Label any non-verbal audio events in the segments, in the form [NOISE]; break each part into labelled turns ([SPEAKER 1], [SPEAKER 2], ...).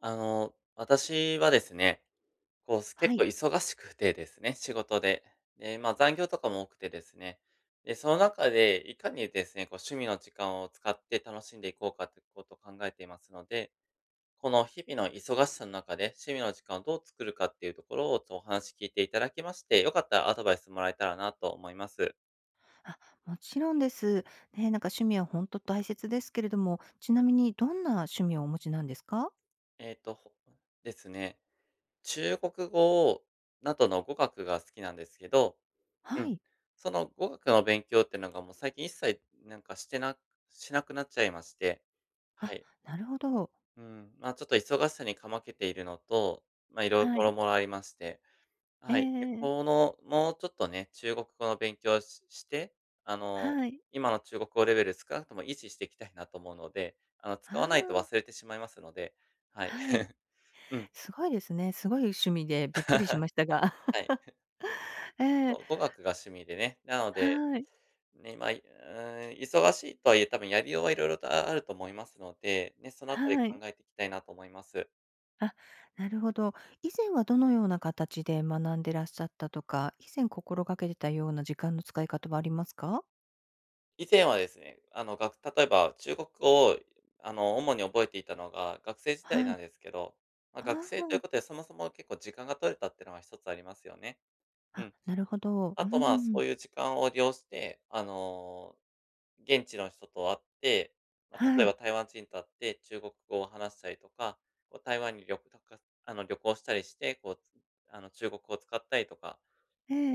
[SPEAKER 1] 私はですね、こう、
[SPEAKER 2] は
[SPEAKER 1] 結構
[SPEAKER 2] い。
[SPEAKER 1] 忙しくてですね、仕事で。で、まあ、残業とかも多くてですね。で、その中で、いかにですね、こう、趣味の時間を使って楽しんでいこうかということを考えていますので、この日々の忙しさの中で、趣味の時間をどう作るかっていうところを、お話聞いていただきまして、よかったらアドバイスもらえたらなと思います。
[SPEAKER 2] あ、もちろんです。ね、なんか趣味は本当大切ですけれども、ちなみにどんな趣味をお持ちなんですか？
[SPEAKER 1] ほですね、中国語などの語学が好きなんですけど、う
[SPEAKER 2] は
[SPEAKER 1] ん。
[SPEAKER 2] い。
[SPEAKER 1] その語学の勉強っていうのがもう最近一切なんかしてなしなくなっちゃいまして。は
[SPEAKER 2] あ、
[SPEAKER 1] い。
[SPEAKER 2] なるほど。
[SPEAKER 1] うん。まあ、ちょっと忙しさにかまけているのと、まあ、
[SPEAKER 2] は
[SPEAKER 1] もろ
[SPEAKER 2] い。
[SPEAKER 1] もろありまして。はい。で、
[SPEAKER 2] ええ。
[SPEAKER 1] この、もうちょっとね、中国語の勉強をして、あの、
[SPEAKER 2] はい。
[SPEAKER 1] 今の中国語レベル少なくとも維持していきたいなと思うので、
[SPEAKER 2] あ
[SPEAKER 1] 使
[SPEAKER 2] あ、
[SPEAKER 1] わないと忘れてしまいますので、はい。
[SPEAKER 2] はい。
[SPEAKER 1] [LAUGHS] うん、
[SPEAKER 2] すごいですね。すごい趣味でびっくりしましたが。
[SPEAKER 1] はい。
[SPEAKER 2] [LAUGHS] え
[SPEAKER 1] そ
[SPEAKER 2] え、
[SPEAKER 1] う、語学が趣味でね、なので
[SPEAKER 2] はい、
[SPEAKER 1] ね、まあ、忙しいとはいえ、多分やりようはいろいろとあると思いますので、ね、そのあたり
[SPEAKER 2] は
[SPEAKER 1] 考
[SPEAKER 2] い。
[SPEAKER 1] えていきたいなと思います。
[SPEAKER 2] あ、なるほど。以前はどのような形で学んでらっしゃったとか、以前心がけてたような時間の使い方はありますか？
[SPEAKER 1] 以前はですね、例えば中国語を、主に覚えていたのが学生時代
[SPEAKER 2] は
[SPEAKER 1] なん
[SPEAKER 2] い。
[SPEAKER 1] ですけど、ま、学生という
[SPEAKER 2] あ
[SPEAKER 1] ことで、そもそも結構時間が取れたってのが一つありますよね。
[SPEAKER 2] あ、
[SPEAKER 1] うん。
[SPEAKER 2] なるほど。
[SPEAKER 1] あ
[SPEAKER 2] う
[SPEAKER 1] と、まあ、そ
[SPEAKER 2] ん。
[SPEAKER 1] ういう時間を利用して、現地の人と会って、まあ、
[SPEAKER 2] は
[SPEAKER 1] 例えば
[SPEAKER 2] い。
[SPEAKER 1] 台湾人と会って中国語を話したりとか、こう台湾に旅行たか旅行したりして、こう、中国語を使ったりとか、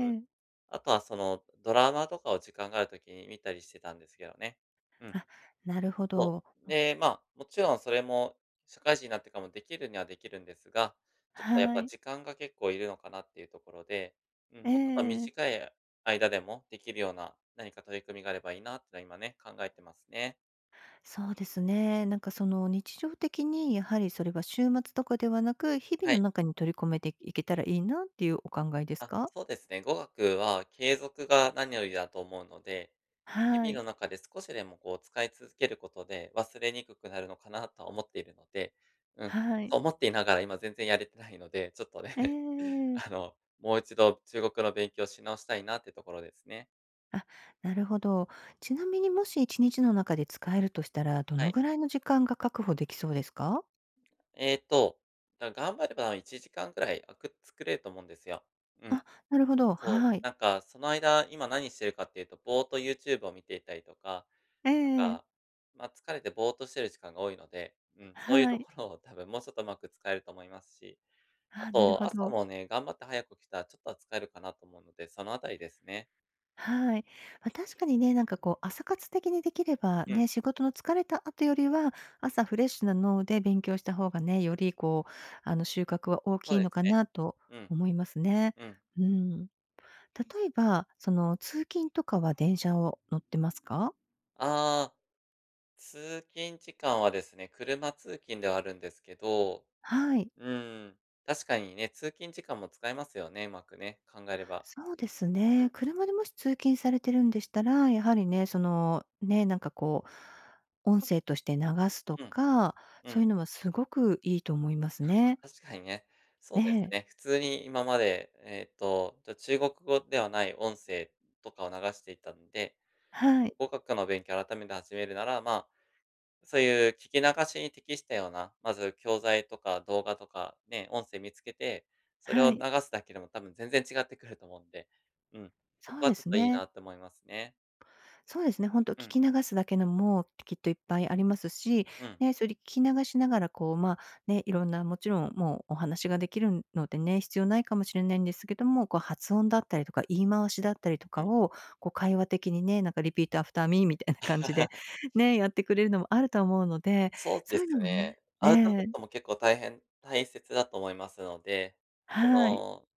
[SPEAKER 1] うん、
[SPEAKER 2] え。
[SPEAKER 1] あとはそのドラマとかを時間がある時に見たりしてたんですけどね。うん、
[SPEAKER 2] あ、なるほ
[SPEAKER 1] そ
[SPEAKER 2] ど。
[SPEAKER 1] う。で、まあ、もちろんそれも社会人になってからもできるにはできるんですが、ちょっとやっ
[SPEAKER 2] は
[SPEAKER 1] ぱ
[SPEAKER 2] い。
[SPEAKER 1] 時間が結構いるのかなっていうところで、うん、もうちょっと
[SPEAKER 2] ええ。
[SPEAKER 1] 短い間でもできるような何か取り組みがあればいいなってのは今ね、考えてますね。
[SPEAKER 2] そうですね。なんかその日常的にやはりそれは週末とかではなく、日
[SPEAKER 1] は
[SPEAKER 2] 々の
[SPEAKER 1] い。
[SPEAKER 2] 中に取り込めていけたらいいなっていうお考えです
[SPEAKER 1] あ、
[SPEAKER 2] か？
[SPEAKER 1] そうですね。語学は継続が何よりだと思うので、
[SPEAKER 2] は
[SPEAKER 1] 日
[SPEAKER 2] い。
[SPEAKER 1] 々の中で少しでもこう使い続けることで忘れにくくなるのかなとは思っているので、うん、
[SPEAKER 2] は
[SPEAKER 1] そ
[SPEAKER 2] い。
[SPEAKER 1] う思っていながら今全然やれてないので、ちょっとね、
[SPEAKER 2] ええ。
[SPEAKER 1] [LAUGHS] もう一度中国の勉強し直したいなってところですね。
[SPEAKER 2] あ、なるほど。ちなみにもし1日の中で使えるとしたら、ど
[SPEAKER 1] は
[SPEAKER 2] の
[SPEAKER 1] い。
[SPEAKER 2] ぐらいの時間が確保できそうですか？
[SPEAKER 1] えっと、頑張れば1時間くらい作れると思うんですよ。うん。
[SPEAKER 2] なるほど。
[SPEAKER 1] そう。
[SPEAKER 2] はい。
[SPEAKER 1] なんか、その間、今何してるかっていうと、ぼーっと YouTube を見ていたりとか、
[SPEAKER 2] え
[SPEAKER 1] なん
[SPEAKER 2] え。
[SPEAKER 1] か、まあ、疲れてぼーっとしてる時間が多いので、うん、そういう
[SPEAKER 2] は
[SPEAKER 1] とこ
[SPEAKER 2] い。
[SPEAKER 1] ろを多分もうちょっとうまく使えると思いますし、あ
[SPEAKER 2] なる
[SPEAKER 1] と
[SPEAKER 2] ほ
[SPEAKER 1] 朝
[SPEAKER 2] ど。
[SPEAKER 1] もね、頑張って早く起きたらちょっとは使えるかなと思うので、そのあたりですね。
[SPEAKER 2] はい。まあ、確かにね、なんかこう朝活的にできれば
[SPEAKER 1] うん、
[SPEAKER 2] ね、仕事の疲れた後よりは、朝フレッシュな脳で勉強した方がね、よりこう、収穫は大き
[SPEAKER 1] そう
[SPEAKER 2] い
[SPEAKER 1] で
[SPEAKER 2] の
[SPEAKER 1] す
[SPEAKER 2] か
[SPEAKER 1] ね。
[SPEAKER 2] なと
[SPEAKER 1] うん、
[SPEAKER 2] 思いますね。
[SPEAKER 1] うん。
[SPEAKER 2] うん。例えば、その、通勤とかは電車を乗ってますか？
[SPEAKER 1] ああ、通勤時間はですね、車通勤ではあるんですけど、
[SPEAKER 2] はい。
[SPEAKER 1] うん、確かにね、通勤時間も使えますよね、うまくね、考えれば。
[SPEAKER 2] そうです
[SPEAKER 1] う
[SPEAKER 2] ね。
[SPEAKER 1] ん、
[SPEAKER 2] 車でもし通勤されてるんでしたら、やはりね、その、ね、なんかこう、音声として流すと
[SPEAKER 1] うん、
[SPEAKER 2] か、
[SPEAKER 1] う
[SPEAKER 2] そ
[SPEAKER 1] ん。
[SPEAKER 2] ういうのはすごくいいと思いますね。
[SPEAKER 1] 確かにね。そ
[SPEAKER 2] え
[SPEAKER 1] うです
[SPEAKER 2] え。
[SPEAKER 1] ね。普通に今まで、じゃ、中国語ではない音声とかを流していたんで、
[SPEAKER 2] はい、
[SPEAKER 1] 語学の勉強改めて始めるなら、まあ、そういう聞き流しに適したような、まず教材とか動画とかね、音声見つけて、それ
[SPEAKER 2] は
[SPEAKER 1] を流
[SPEAKER 2] い。
[SPEAKER 1] すだけでも多分全然違ってくると思うんで、うん、そ
[SPEAKER 2] そ
[SPEAKER 1] こ
[SPEAKER 2] う
[SPEAKER 1] は
[SPEAKER 2] で
[SPEAKER 1] ちょっ
[SPEAKER 2] す
[SPEAKER 1] といい
[SPEAKER 2] ね。
[SPEAKER 1] なって思いますね。
[SPEAKER 2] そうですね、本当聞
[SPEAKER 1] うん、
[SPEAKER 2] き流すだけのも、きっといっぱいありますし、
[SPEAKER 1] うん、
[SPEAKER 2] ね、それ聞き流しながら、こう、ね、いろんなもちろんもうお話ができるのでね、必要ないかもしれないんですけども、こう発音だったりとか言い回しだったりと
[SPEAKER 1] う
[SPEAKER 2] か
[SPEAKER 1] ん。
[SPEAKER 2] を、こう会話的にね、なんかリピートアフターミーみたいな感じで、
[SPEAKER 1] [LAUGHS]
[SPEAKER 2] [LAUGHS] ね、やってくれるのもあると思うので、
[SPEAKER 1] そうで
[SPEAKER 2] そういう
[SPEAKER 1] す
[SPEAKER 2] のも
[SPEAKER 1] ね。
[SPEAKER 2] ね、え
[SPEAKER 1] アウトプッ
[SPEAKER 2] え、
[SPEAKER 1] トも結構大切だと思いますので、そ
[SPEAKER 2] はい、
[SPEAKER 1] の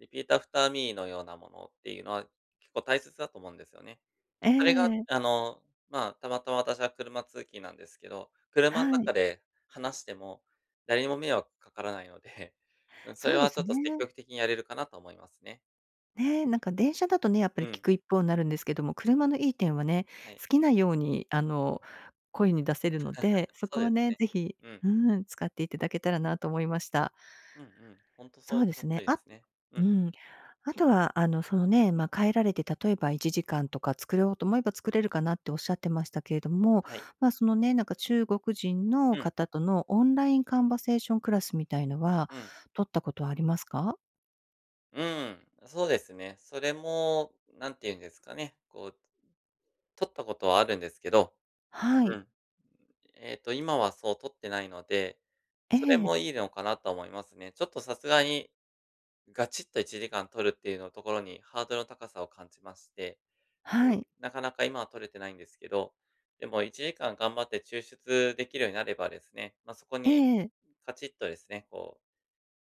[SPEAKER 1] Repeat after me のようなものっていうのは、結構大切だと思うんですよね。
[SPEAKER 2] え
[SPEAKER 1] それが、
[SPEAKER 2] え、
[SPEAKER 1] まあ、たまたま私は車通勤なんですけど、車の
[SPEAKER 2] は
[SPEAKER 1] 中
[SPEAKER 2] い。
[SPEAKER 1] で話しても、誰にも迷惑かからないので、[LAUGHS] うん、そ
[SPEAKER 2] そ
[SPEAKER 1] れ
[SPEAKER 2] うで
[SPEAKER 1] はち
[SPEAKER 2] す
[SPEAKER 1] ょっ
[SPEAKER 2] ね。
[SPEAKER 1] と積極的にやれるかなと思いますね。
[SPEAKER 2] ね、なんか電車だとね、やっぱ
[SPEAKER 1] う
[SPEAKER 2] り聞
[SPEAKER 1] ん、
[SPEAKER 2] く一方になるんですけども、車のいい点はね、
[SPEAKER 1] はい。
[SPEAKER 2] 好きなようにあの、声に出せるので、そ
[SPEAKER 1] そう
[SPEAKER 2] こ
[SPEAKER 1] で
[SPEAKER 2] は
[SPEAKER 1] す
[SPEAKER 2] ね、
[SPEAKER 1] ね。
[SPEAKER 2] ぜひ
[SPEAKER 1] うん。
[SPEAKER 2] うん、使っていただけたらなと思いました。
[SPEAKER 1] うんうん。ほんと
[SPEAKER 2] そ
[SPEAKER 1] そう、
[SPEAKER 2] うで
[SPEAKER 1] その
[SPEAKER 2] す
[SPEAKER 1] 通
[SPEAKER 2] ね。
[SPEAKER 1] ですね。うん、
[SPEAKER 2] うん。あとはそのね、帰られて例えば1時間とか作ろうと思えば作れるかなっておっしゃってましたけれども、
[SPEAKER 1] はい。
[SPEAKER 2] そのね、なんか中国人の
[SPEAKER 1] うん、
[SPEAKER 2] 方とのオンラインカンバセーションクラスみたいのは
[SPEAKER 1] うん、
[SPEAKER 2] 取ったことはありますか？
[SPEAKER 1] うん、そうですね。それも、なんて言うんですかね、こう、取ったことはあるんですけど、
[SPEAKER 2] は
[SPEAKER 1] う
[SPEAKER 2] い。
[SPEAKER 1] ん。今はそう、取ってないので、
[SPEAKER 2] え
[SPEAKER 1] それ
[SPEAKER 2] え。
[SPEAKER 1] もいいのかなと思いますね。ちょっとさすがに、ガチッと1時間取るっていうのところにハードルの高さを感じまして、う
[SPEAKER 2] は
[SPEAKER 1] ん。
[SPEAKER 2] い。
[SPEAKER 1] なかなか今は取れてないんですけど、でも1時間頑張って抽出できるようになればですね、まあ、そこ
[SPEAKER 2] え
[SPEAKER 1] に
[SPEAKER 2] え。
[SPEAKER 1] カチッとですね、こう、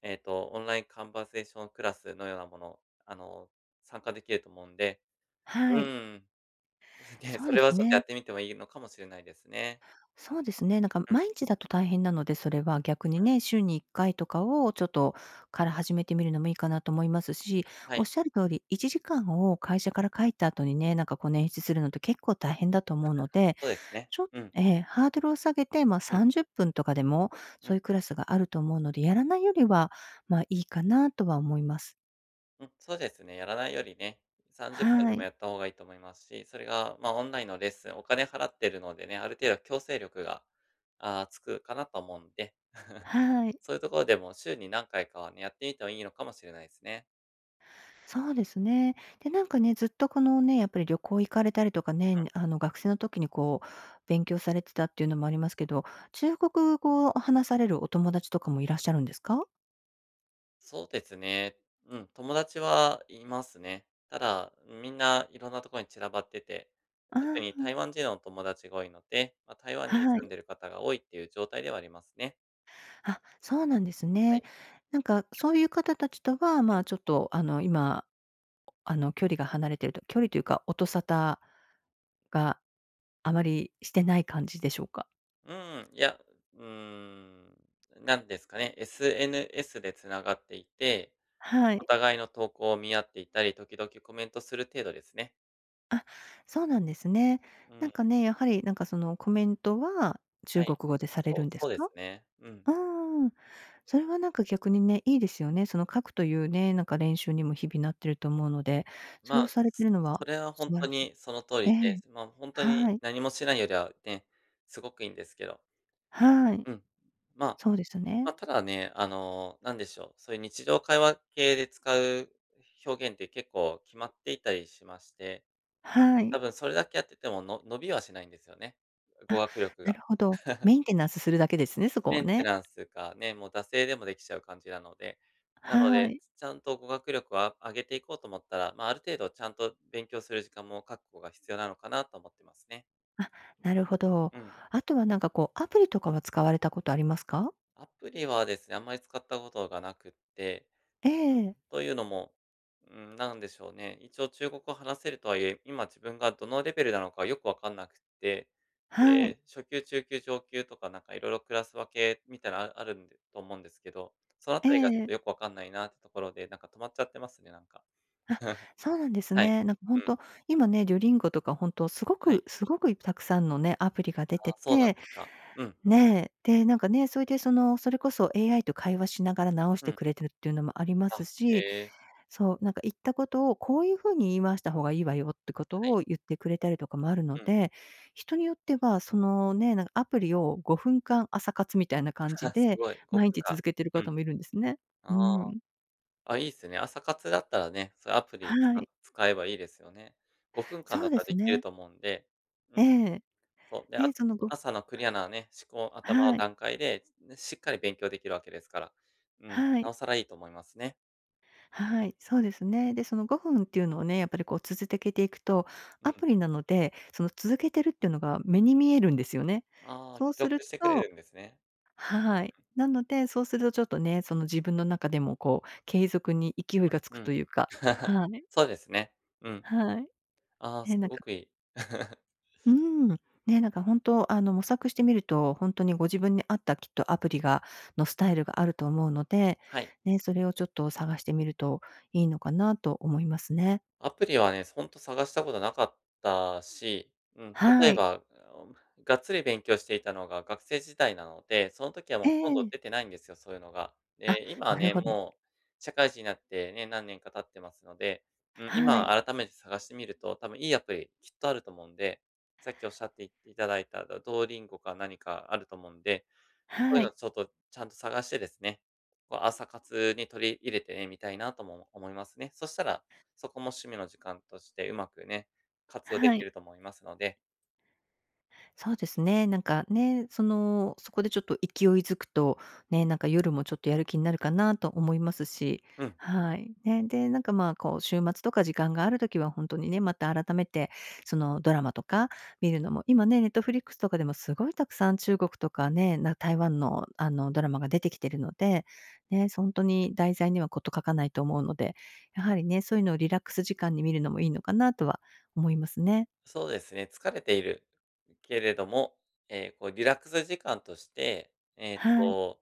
[SPEAKER 1] オンラインカンバセーションクラスのようなもの、あの、参加できると思うんで、
[SPEAKER 2] は
[SPEAKER 1] う
[SPEAKER 2] い。
[SPEAKER 1] ん、[LAUGHS] ね、
[SPEAKER 2] そう
[SPEAKER 1] そ
[SPEAKER 2] で
[SPEAKER 1] れは
[SPEAKER 2] す
[SPEAKER 1] ちょっとや
[SPEAKER 2] ね。
[SPEAKER 1] ってみてもいいのかもしれないですね。
[SPEAKER 2] そうですね。なんか
[SPEAKER 1] うん。
[SPEAKER 2] 毎日だと大変なので、それは逆にね、週に1回とかをちょっとから始めてみるのもいいかなと思いますし、
[SPEAKER 1] は
[SPEAKER 2] おっ
[SPEAKER 1] い、
[SPEAKER 2] しゃる通り、1時間を会社から帰った後にね、なんかこう捻出するのって結構大変だと思うので、
[SPEAKER 1] そうですね。
[SPEAKER 2] ちょ
[SPEAKER 1] うん、
[SPEAKER 2] ええ、ハードルを下げて、まあ、
[SPEAKER 1] うん、うん。
[SPEAKER 2] 30分とかでも、そういうクラスがあると思うので、やらないよりは、いいかなとは思います。
[SPEAKER 1] うん、そうですね、やらないよりね、30分
[SPEAKER 2] は
[SPEAKER 1] でも
[SPEAKER 2] い。
[SPEAKER 1] やった方がいいと思いますし、それが、まあ、オンラインのレッスン、お金払ってるのでね、ある程度強制力が、あ、つくかなと思うんで、
[SPEAKER 2] はい。
[SPEAKER 1] そういうところでも週に何回かはね、やってみてもいいのかもしれないですね。
[SPEAKER 2] そうですね。で、なんかね、ずっとこのね、やっぱり旅行行かれたりとかね、学生の時にこう、勉強されてたっていうのもありますけど、中国語を話されるお友達とかもいらっしゃるんですか？
[SPEAKER 1] そうですね、うん、友達はいますね。ただ、みんないろんなところに散らばってて、特
[SPEAKER 2] あ
[SPEAKER 1] に台湾人の友達が多いので、まあ、台湾
[SPEAKER 2] あ、
[SPEAKER 1] に
[SPEAKER 2] は
[SPEAKER 1] 住ん
[SPEAKER 2] い。
[SPEAKER 1] でる方が多いっていう状態ではありますね。
[SPEAKER 2] そうなんです
[SPEAKER 1] は
[SPEAKER 2] ね。
[SPEAKER 1] い。
[SPEAKER 2] なんかそういう方たちとは、
[SPEAKER 1] う
[SPEAKER 2] ま
[SPEAKER 1] ん。
[SPEAKER 2] あ、ちょっと、今、距離が離れてると距離というか、音沙汰があまりしてない感じでしょうか？
[SPEAKER 1] うん、いや、うーん、なんですかね、SNS でつながっていて、
[SPEAKER 2] は
[SPEAKER 1] お
[SPEAKER 2] い。
[SPEAKER 1] 互いの投稿を見合っていたり、時々コメントする程度ですね。
[SPEAKER 2] そうなんですね。
[SPEAKER 1] う
[SPEAKER 2] なん
[SPEAKER 1] ん、
[SPEAKER 2] かね、やはりなんかそのコメントは
[SPEAKER 1] は
[SPEAKER 2] 中国
[SPEAKER 1] い。
[SPEAKER 2] 語でされるんです
[SPEAKER 1] そうで
[SPEAKER 2] か？
[SPEAKER 1] すね。うん。
[SPEAKER 2] うーん、それはなんか逆にね、いいですよね。その書くというね、なんか練習にも日々なってると思うので、そ
[SPEAKER 1] ま
[SPEAKER 2] れを
[SPEAKER 1] あ、
[SPEAKER 2] されてるの
[SPEAKER 1] そ
[SPEAKER 2] は
[SPEAKER 1] れは本
[SPEAKER 2] 素晴
[SPEAKER 1] 当
[SPEAKER 2] らしい。
[SPEAKER 1] にその通
[SPEAKER 2] え
[SPEAKER 1] り
[SPEAKER 2] え、
[SPEAKER 1] で、まあ、本当に
[SPEAKER 2] はい、
[SPEAKER 1] 何もしないよりはね、すごくいいんですけど。
[SPEAKER 2] はい、
[SPEAKER 1] うん。まあ、
[SPEAKER 2] そうですね。
[SPEAKER 1] まあ、ただね、なんでしょう、そういう日常会話系で使う表現って結構決まっていたりしまして、
[SPEAKER 2] は
[SPEAKER 1] 多
[SPEAKER 2] い。
[SPEAKER 1] 分それだけやってても、の伸びはしないんですよね。語
[SPEAKER 2] あ、
[SPEAKER 1] 学力
[SPEAKER 2] な
[SPEAKER 1] が。
[SPEAKER 2] るほど。メンテナンスするだけですね、そこ
[SPEAKER 1] メ
[SPEAKER 2] を
[SPEAKER 1] ンテ
[SPEAKER 2] ね。
[SPEAKER 1] ナンスがね、もう惰性でもできちゃう感じなので。なの
[SPEAKER 2] は
[SPEAKER 1] で、
[SPEAKER 2] い。
[SPEAKER 1] ちゃんと語学力を上げていこうと思ったら、まあ、ある程度ちゃんと勉強する時間も確保が必要なのかなと思ってますね。
[SPEAKER 2] あ、なるほど。
[SPEAKER 1] うん。
[SPEAKER 2] あとはなんかこうアプリとかは使われたことありますか？
[SPEAKER 1] アプリはですね、あんまり使ったことがなくって、
[SPEAKER 2] ええ、
[SPEAKER 1] というのも、うん、なんでしょうね、一応中国語を話せるとはいえ、今自分がどのレベルなのかよくわかんなくて、
[SPEAKER 2] はい、
[SPEAKER 1] で、初級、中級、上級とかなんかいろいろクラス分けみたいな[LAUGHS] あるんでと思うんですけど、そのあ
[SPEAKER 2] え
[SPEAKER 1] たりがちょっ
[SPEAKER 2] え。
[SPEAKER 1] とよくわかんないなってところで、なんか止まっちゃってますね、なんか。
[SPEAKER 2] あ、
[SPEAKER 1] [LAUGHS]
[SPEAKER 2] そうなんです
[SPEAKER 1] はい。
[SPEAKER 2] ね。なんか
[SPEAKER 1] う
[SPEAKER 2] 本
[SPEAKER 1] ん、
[SPEAKER 2] 当今ね、デュオリンゴとか本当すご
[SPEAKER 1] はい。
[SPEAKER 2] くすごくたくさんのね、アプリが出
[SPEAKER 1] あ
[SPEAKER 2] て
[SPEAKER 1] あ、そうなん
[SPEAKER 2] て、
[SPEAKER 1] ですか。うん、
[SPEAKER 2] ねえ、で、なんかね、それでその、それこそ AI と会話しながら直し
[SPEAKER 1] う
[SPEAKER 2] て
[SPEAKER 1] ん。
[SPEAKER 2] くれてるっていうのもありま
[SPEAKER 1] あ、
[SPEAKER 2] すし、
[SPEAKER 1] へえ、
[SPEAKER 2] そう、なんか言ったことをこういうふうに言い回した方がいいわよってこと
[SPEAKER 1] はい、
[SPEAKER 2] を言ってくれたりとかもあるの
[SPEAKER 1] うん。
[SPEAKER 2] で、人によってはそのね、なんかアプリを5分間朝活みたいな感じ
[SPEAKER 1] [LAUGHS] す
[SPEAKER 2] で、
[SPEAKER 1] ごい、
[SPEAKER 2] 毎
[SPEAKER 1] 5
[SPEAKER 2] 日
[SPEAKER 1] 分
[SPEAKER 2] 続けてる
[SPEAKER 1] 間。う
[SPEAKER 2] 方
[SPEAKER 1] ん。
[SPEAKER 2] もいるんですね。
[SPEAKER 1] あ
[SPEAKER 2] う
[SPEAKER 1] あ。
[SPEAKER 2] ん。
[SPEAKER 1] あ、いいっすね。朝活だったらね、そういうアプリ
[SPEAKER 2] は
[SPEAKER 1] 使
[SPEAKER 2] い。
[SPEAKER 1] 使えばいいですよね。5分間
[SPEAKER 2] そ
[SPEAKER 1] だ
[SPEAKER 2] う
[SPEAKER 1] っ
[SPEAKER 2] で
[SPEAKER 1] たらで
[SPEAKER 2] す
[SPEAKER 1] きる
[SPEAKER 2] ね。
[SPEAKER 1] と思うんで、う
[SPEAKER 2] え
[SPEAKER 1] ん、
[SPEAKER 2] え。
[SPEAKER 1] そう、で、あ
[SPEAKER 2] ね、
[SPEAKER 1] と、
[SPEAKER 2] そのご
[SPEAKER 1] 朝のクリアなね、思考頭の
[SPEAKER 2] はい、
[SPEAKER 1] 段階で、ね、しっかり勉強できるわけですから、うん、
[SPEAKER 2] は
[SPEAKER 1] な
[SPEAKER 2] い、
[SPEAKER 1] おさらいいと思いますね。
[SPEAKER 2] はい、そうですね。で、その5分っていうのをね、やっぱりこう続けていくと、
[SPEAKER 1] う
[SPEAKER 2] ア
[SPEAKER 1] ん。
[SPEAKER 2] プリなので、その続けてるっていうのが目に見えるんですよね。
[SPEAKER 1] ああ、
[SPEAKER 2] そう
[SPEAKER 1] 記
[SPEAKER 2] す
[SPEAKER 1] 録
[SPEAKER 2] る
[SPEAKER 1] してくれ
[SPEAKER 2] と
[SPEAKER 1] るんですね。
[SPEAKER 2] はい。なので、そうするとちょっとね、その自分の中でもこう継続に勢いがつく
[SPEAKER 1] う
[SPEAKER 2] と
[SPEAKER 1] ん、
[SPEAKER 2] いうか、はい、
[SPEAKER 1] そうですね。うん。
[SPEAKER 2] はい。
[SPEAKER 1] ああ、
[SPEAKER 2] え、
[SPEAKER 1] す
[SPEAKER 2] なん
[SPEAKER 1] ご
[SPEAKER 2] か
[SPEAKER 1] くいい。[LAUGHS]
[SPEAKER 2] うん。ね、なんか本当、模索してみると、本当にご自分に合ったきっとアプリがのスタイルがあると思うので、
[SPEAKER 1] はい。
[SPEAKER 2] ね、それをちょっと探してみるといいのかなと思いますね。
[SPEAKER 1] アプリはね、ほんと探したことなかったし、うん、例
[SPEAKER 2] は
[SPEAKER 1] え
[SPEAKER 2] い。
[SPEAKER 1] ば、うん、がっつり勉強していたのが学生時代なので、その時は
[SPEAKER 2] え
[SPEAKER 1] もうほとんど
[SPEAKER 2] え。
[SPEAKER 1] 出てないんですよ、そういうのが。
[SPEAKER 2] あ、
[SPEAKER 1] で、今は
[SPEAKER 2] なる
[SPEAKER 1] ね、
[SPEAKER 2] ほど。
[SPEAKER 1] もう社会人になってね、何年か経ってますので、うん、
[SPEAKER 2] は
[SPEAKER 1] 今
[SPEAKER 2] い。
[SPEAKER 1] 改めて探してみると、多分いいアプリきっとあると思うんで、さっきおっしゃっていただいた、ドーリンゴか何かあると思うんで、そうい
[SPEAKER 2] は
[SPEAKER 1] うの
[SPEAKER 2] い。
[SPEAKER 1] ちょっとちゃんと探してですね、こう朝活に取り入れてみたいなとも思いますね。そしたら、そこも趣味の時間としてうまくね、活用で
[SPEAKER 2] は
[SPEAKER 1] き
[SPEAKER 2] い。
[SPEAKER 1] ると思いますので、
[SPEAKER 2] そうですね。なんかね、その、そこでちょっと勢いづくと、ね、なんか夜もちょっとやる気になるかなと思いますし、
[SPEAKER 1] うん、
[SPEAKER 2] はい。ね、で、なんかまあ、こう、週末とか時間があるときは本当にね、また改めて、そのドラマとか見るのも、今ね、ネットフリックスとかでもすごいたくさん中国とかね、な台湾のあのドラマが出てきてるので、ね、本当に題材にはこと書かないと思うので、やはりね、そういうのをリラックス時間に見るのもいいのかなとは思いますね。
[SPEAKER 1] そうですね、疲れているけれども、えーこうリラックス時間として、
[SPEAKER 2] はい。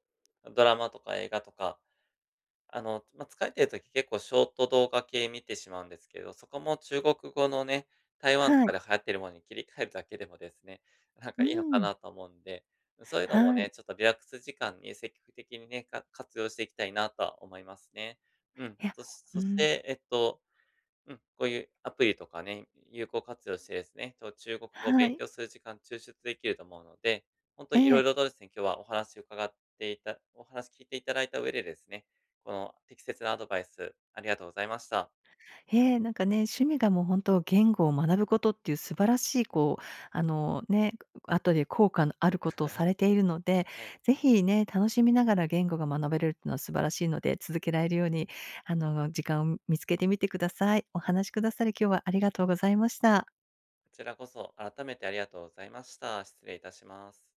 [SPEAKER 1] ドラマとか映画とかまあ、疲れてる時結構ショート動画系見てしまうんですけど、そこも中国語のね、台湾と
[SPEAKER 2] は
[SPEAKER 1] か
[SPEAKER 2] い。
[SPEAKER 1] で流行ってるものに切り替えるだけでもですね、なんか
[SPEAKER 2] う
[SPEAKER 1] いいのか
[SPEAKER 2] ん。
[SPEAKER 1] なと思うんで、そういうのも
[SPEAKER 2] は
[SPEAKER 1] ね、
[SPEAKER 2] い。
[SPEAKER 1] ちょっとリラックス時間に積極的にね、活用していきたいなとは思いますね。うん、
[SPEAKER 2] いや、う
[SPEAKER 1] そし
[SPEAKER 2] ん、
[SPEAKER 1] て、うん、こういうアプリとかね、有効活用してですね、中国語を
[SPEAKER 2] は
[SPEAKER 1] 勉
[SPEAKER 2] い。
[SPEAKER 1] 強する時間抽出できると思うので、本当
[SPEAKER 2] え
[SPEAKER 1] いろい
[SPEAKER 2] え、
[SPEAKER 1] ろとですね、今日はお話聞いていただいた上でですね、この適切なアドバイスありがとうございました。
[SPEAKER 2] ええ、なんかね、趣味がもう本当言語を学ぶことっていう素晴らしいこう、あのね、後で効果のあることをされているので、
[SPEAKER 1] はい、
[SPEAKER 2] ぜひね、楽しみながら言語が学べるっていうのは素晴らしいので、続けられるように時間を見つけてみてください。お話しくださり、今日はありがとうございました。
[SPEAKER 1] こちらこそ改めてありがとうございました。失礼いたします。